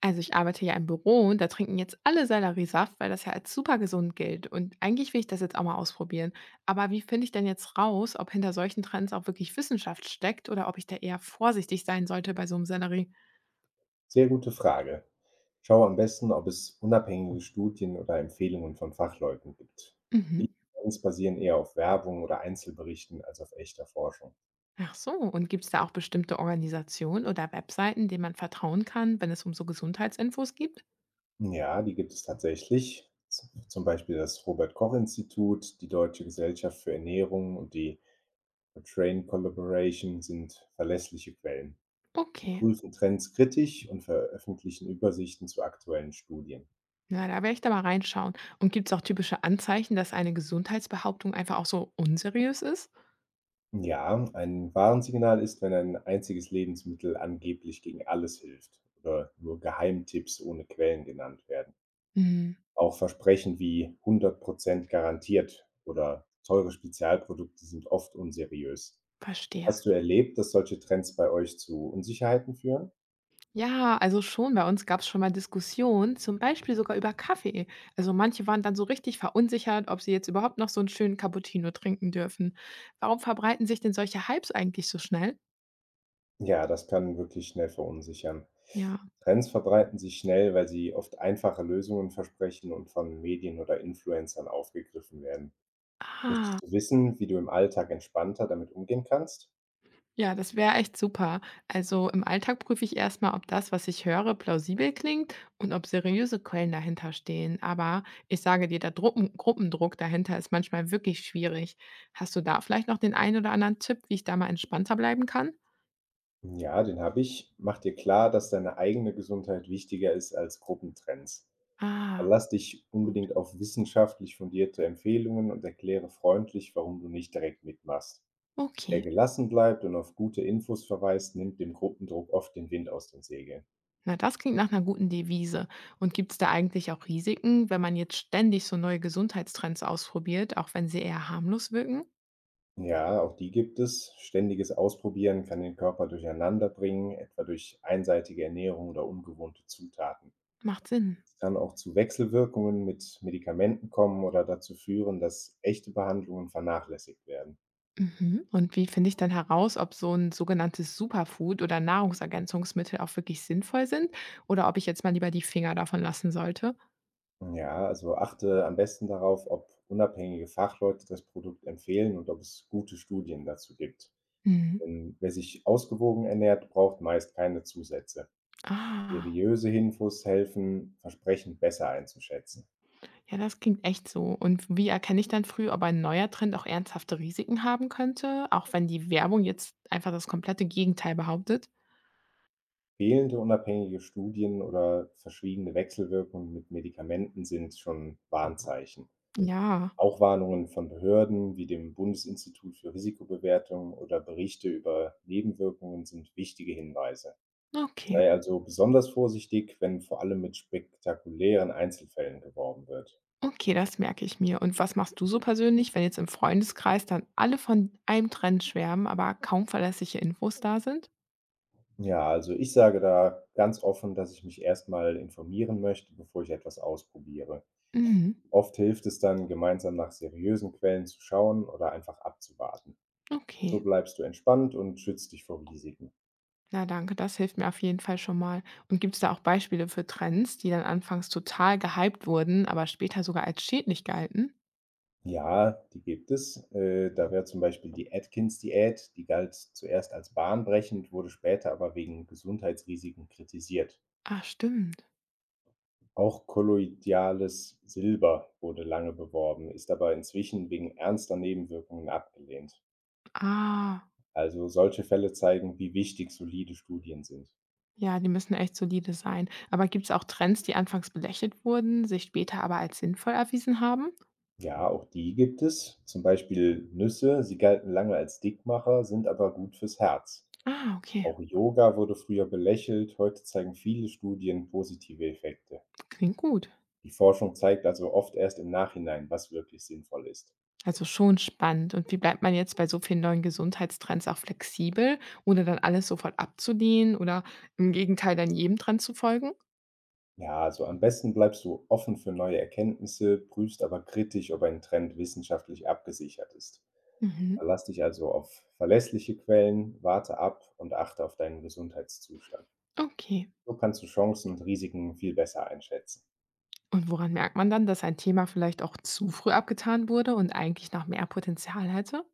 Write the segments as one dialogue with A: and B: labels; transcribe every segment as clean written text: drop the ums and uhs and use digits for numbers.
A: Also ich arbeite ja im Büro und da trinken jetzt alle Selleriesaft, weil das ja als super gesund gilt. Und eigentlich will ich das jetzt auch mal ausprobieren. Aber wie finde ich denn jetzt raus, ob hinter solchen Trends auch wirklich Wissenschaft steckt oder ob ich da eher vorsichtig sein sollte bei so einem Sellerie?
B: Sehr gute Frage. Schau am besten, ob es unabhängige Studien oder Empfehlungen von Fachleuten gibt.
A: Mhm.
B: Viele Trends basieren eher auf Werbung oder Einzelberichten als auf echter Forschung.
A: Ach so, und gibt es da auch bestimmte Organisationen oder Webseiten, denen man vertrauen kann, wenn es um so Gesundheitsinfos gibt?
B: Ja, die gibt es tatsächlich. Zum Beispiel das Robert-Koch-Institut, die Deutsche Gesellschaft für Ernährung und die Train Collaboration sind verlässliche Quellen. Die
A: Okay.
B: prüfen Trends kritisch und veröffentlichen Übersichten zu aktuellen Studien.
A: Na, da werde ich da mal reinschauen. Und gibt es auch typische Anzeichen, dass eine Gesundheitsbehauptung einfach auch so unseriös ist?
B: Ja, ein Warnsignal ist, wenn ein einziges Lebensmittel angeblich gegen alles hilft oder nur Geheimtipps ohne Quellen genannt werden.
A: Hm,
B: Auch Versprechen wie 100% garantiert oder teure Spezialprodukte sind oft unseriös.
A: verstehe.
B: Hast du erlebt, dass solche Trends bei euch zu Unsicherheiten führen?
A: Ja, also schon, bei uns gab es schon mal Diskussionen, zum Beispiel sogar über Kaffee. Also manche waren dann so richtig verunsichert, ob sie jetzt überhaupt noch so einen schönen Cappuccino trinken dürfen. Warum verbreiten sich denn solche Hypes eigentlich so schnell?
B: Ja, das kann wirklich schnell verunsichern.
A: Ja.
B: Trends verbreiten sich schnell, weil sie oft einfache Lösungen versprechen und von Medien oder Influencern aufgegriffen werden.
A: Ah,
B: Möchtest du wissen, wie du im Alltag entspannter damit umgehen kannst?
A: ja, das wäre echt super. Also im Alltag prüfe ich erst mal, ob das, was ich höre, plausibel klingt und ob seriöse Quellen dahinter stehen. Aber ich sage dir, der Druppen Gruppendruck dahinter ist manchmal wirklich schwierig. Hast du da vielleicht noch den einen oder anderen Tipp, wie ich da mal entspannter bleiben kann?
B: Ja, den habe ich. Mach dir klar, dass deine eigene Gesundheit wichtiger ist als Gruppentrends.
A: Ah.
B: Verlass dich
A: Gut.
B: unbedingt auf wissenschaftlich fundierte Empfehlungen und erkläre freundlich, warum du nicht direkt mitmachst. Wer
A: Okay.
B: gelassen bleibt und auf gute Infos verweist, nimmt dem Gruppendruck oft den Wind aus den Segeln.
A: Na, das klingt nach einer guten Devise. Und gibt es da eigentlich auch Risiken, wenn man jetzt ständig so neue Gesundheitstrends ausprobiert, auch wenn sie eher harmlos wirken?
B: Ja, auch die gibt es. Ständiges Ausprobieren kann den Körper durcheinander bringen, etwa durch einseitige Ernährung oder ungewohnte Zutaten.
A: Macht Sinn.
B: Es kann auch zu Wechselwirkungen mit Medikamenten kommen oder dazu führen, dass echte Behandlungen vernachlässigt werden.
A: Mhm. Und wie finde ich dann heraus, ob so ein sogenanntes Superfood oder Nahrungsergänzungsmittel auch wirklich sinnvoll sind oder ob ich jetzt mal lieber die Finger davon lassen sollte?
B: Ja, also achte am besten darauf, ob unabhängige Fachleute das Produkt empfehlen und ob es gute Studien dazu gibt.
A: Mhm.
B: Denn wer sich ausgewogen ernährt, braucht meist keine Zusätze.
A: Ah,
B: Seriöse Infos helfen, Versprechen besser einzuschätzen.
A: ja, das klingt echt so. Und wie erkenne ich dann früh, ob ein neuer Trend auch ernsthafte Risiken haben könnte, auch wenn die Werbung jetzt einfach das komplette Gegenteil behauptet?
B: Fehlende unabhängige Studien oder verschwiegene Wechselwirkungen mit Medikamenten sind schon Warnzeichen.
A: Ja,
B: Auch Warnungen von Behörden wie dem Bundesinstitut für Risikobewertung oder Berichte über Nebenwirkungen sind wichtige Hinweise.
A: okay.
B: Sei also besonders vorsichtig, wenn vor allem mit spektakulären Einzelfällen geworben wird.
A: Okay, das merke ich mir. Und was machst du so persönlich, wenn jetzt im Freundeskreis dann alle von einem Trend schwärmen, aber kaum verlässliche Infos da sind?
B: Ja, also ich sage da ganz offen, dass ich mich erstmal informieren möchte, bevor ich etwas ausprobiere.
A: Mhm.
B: Oft hilft es dann, gemeinsam nach seriösen Quellen zu schauen oder einfach abzuwarten. So
A: Okay.
B: bleibst du entspannt und schützt dich vor Risiken.
A: Na danke, das hilft mir auf jeden Fall schon mal. Und gibt es da auch Beispiele für Trends, die dann anfangs total gehypt wurden, aber später sogar als schädlich galten?
B: Ja, die gibt es. Da wäre zum Beispiel die Atkins-Diät, die galt zuerst als bahnbrechend, wurde später aber wegen Gesundheitsrisiken kritisiert.
A: Ach, stimmt.
B: Auch kolloidales Silber wurde lange beworben, ist aber inzwischen wegen ernster Nebenwirkungen abgelehnt.
A: Ah,
B: Also solche Fälle zeigen, wie wichtig solide Studien sind.
A: ja, die müssen echt solide sein. Aber gibt es auch Trends, die anfangs belächelt wurden, sich später aber als sinnvoll erwiesen haben?
B: Ja, auch die gibt es. Zum Beispiel Nüsse, sie galten lange als Dickmacher, sind aber gut fürs Herz.
A: Ah, okay.
B: Auch Yoga wurde früher belächelt, heute zeigen viele Studien positive Effekte.
A: Klingt gut.
B: Die Forschung zeigt also oft erst im Nachhinein, was wirklich sinnvoll ist.
A: Also schon spannend. Und wie bleibt man jetzt bei so vielen neuen Gesundheitstrends auch flexibel, ohne dann alles sofort abzulehnen oder im Gegenteil dann jedem Trend zu folgen?
B: Ja, also am besten bleibst du offen für neue Erkenntnisse, prüfst aber kritisch, ob ein Trend wissenschaftlich abgesichert ist.
A: Mhm.
B: Verlass dich also auf verlässliche Quellen, warte ab und achte auf deinen Gesundheitszustand.
A: Okay.
B: So kannst du Chancen und Risiken viel besser einschätzen.
A: Und woran merkt man dann, dass ein Thema vielleicht auch zu früh abgetan wurde und eigentlich noch mehr Potenzial hätte?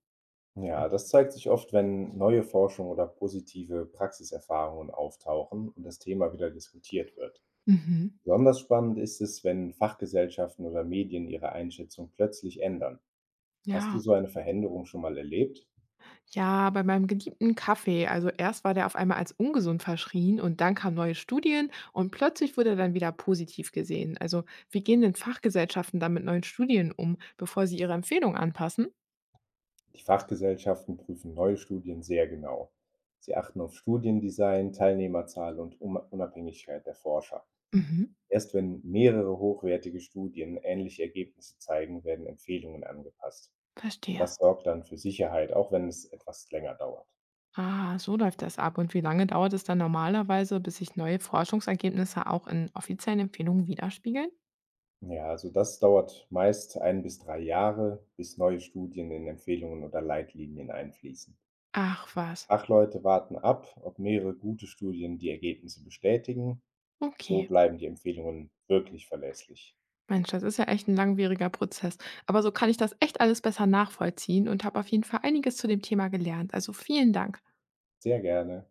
B: Ja, das zeigt sich oft, wenn neue Forschung oder positive Praxiserfahrungen auftauchen und das Thema wieder diskutiert wird.
A: Mhm.
B: Besonders spannend ist es, wenn Fachgesellschaften oder Medien ihre Einschätzung plötzlich ändern. Hast du
A: Ja,
B: so eine Veränderung schon mal erlebt?
A: Ja, bei meinem geliebten Kaffee. Also erst war der auf einmal als ungesund verschrien und dann kamen neue Studien und plötzlich wurde er dann wieder positiv gesehen. Also wie gehen denn Fachgesellschaften dann mit neuen Studien um, bevor sie ihre Empfehlung anpassen?
B: Die Fachgesellschaften prüfen neue Studien sehr genau. Sie achten auf Studiendesign, Teilnehmerzahl und Unabhängigkeit der Forscher.
A: Mhm,
B: Erst wenn mehrere hochwertige Studien ähnliche Ergebnisse zeigen, werden Empfehlungen angepasst.
A: verstehe.
B: Das sorgt dann für Sicherheit, auch wenn es etwas länger dauert.
A: Ah, so läuft das ab. Und wie lange dauert es dann normalerweise, bis sich neue Forschungsergebnisse auch in offiziellen Empfehlungen widerspiegeln?
B: Ja, also das dauert meist 1 bis 3 Jahre, bis neue Studien in Empfehlungen oder Leitlinien einfließen.
A: Ach was.
B: Fachleute warten ab, ob mehrere gute Studien die Ergebnisse bestätigen. So
A: Okay.
B: bleiben die Empfehlungen wirklich verlässlich.
A: Mensch, das ist ja echt ein langwieriger Prozess. Aber so kann ich das echt alles besser nachvollziehen und habe auf jeden Fall einiges zu dem Thema gelernt. Also, vielen Dank.
B: Sehr gerne.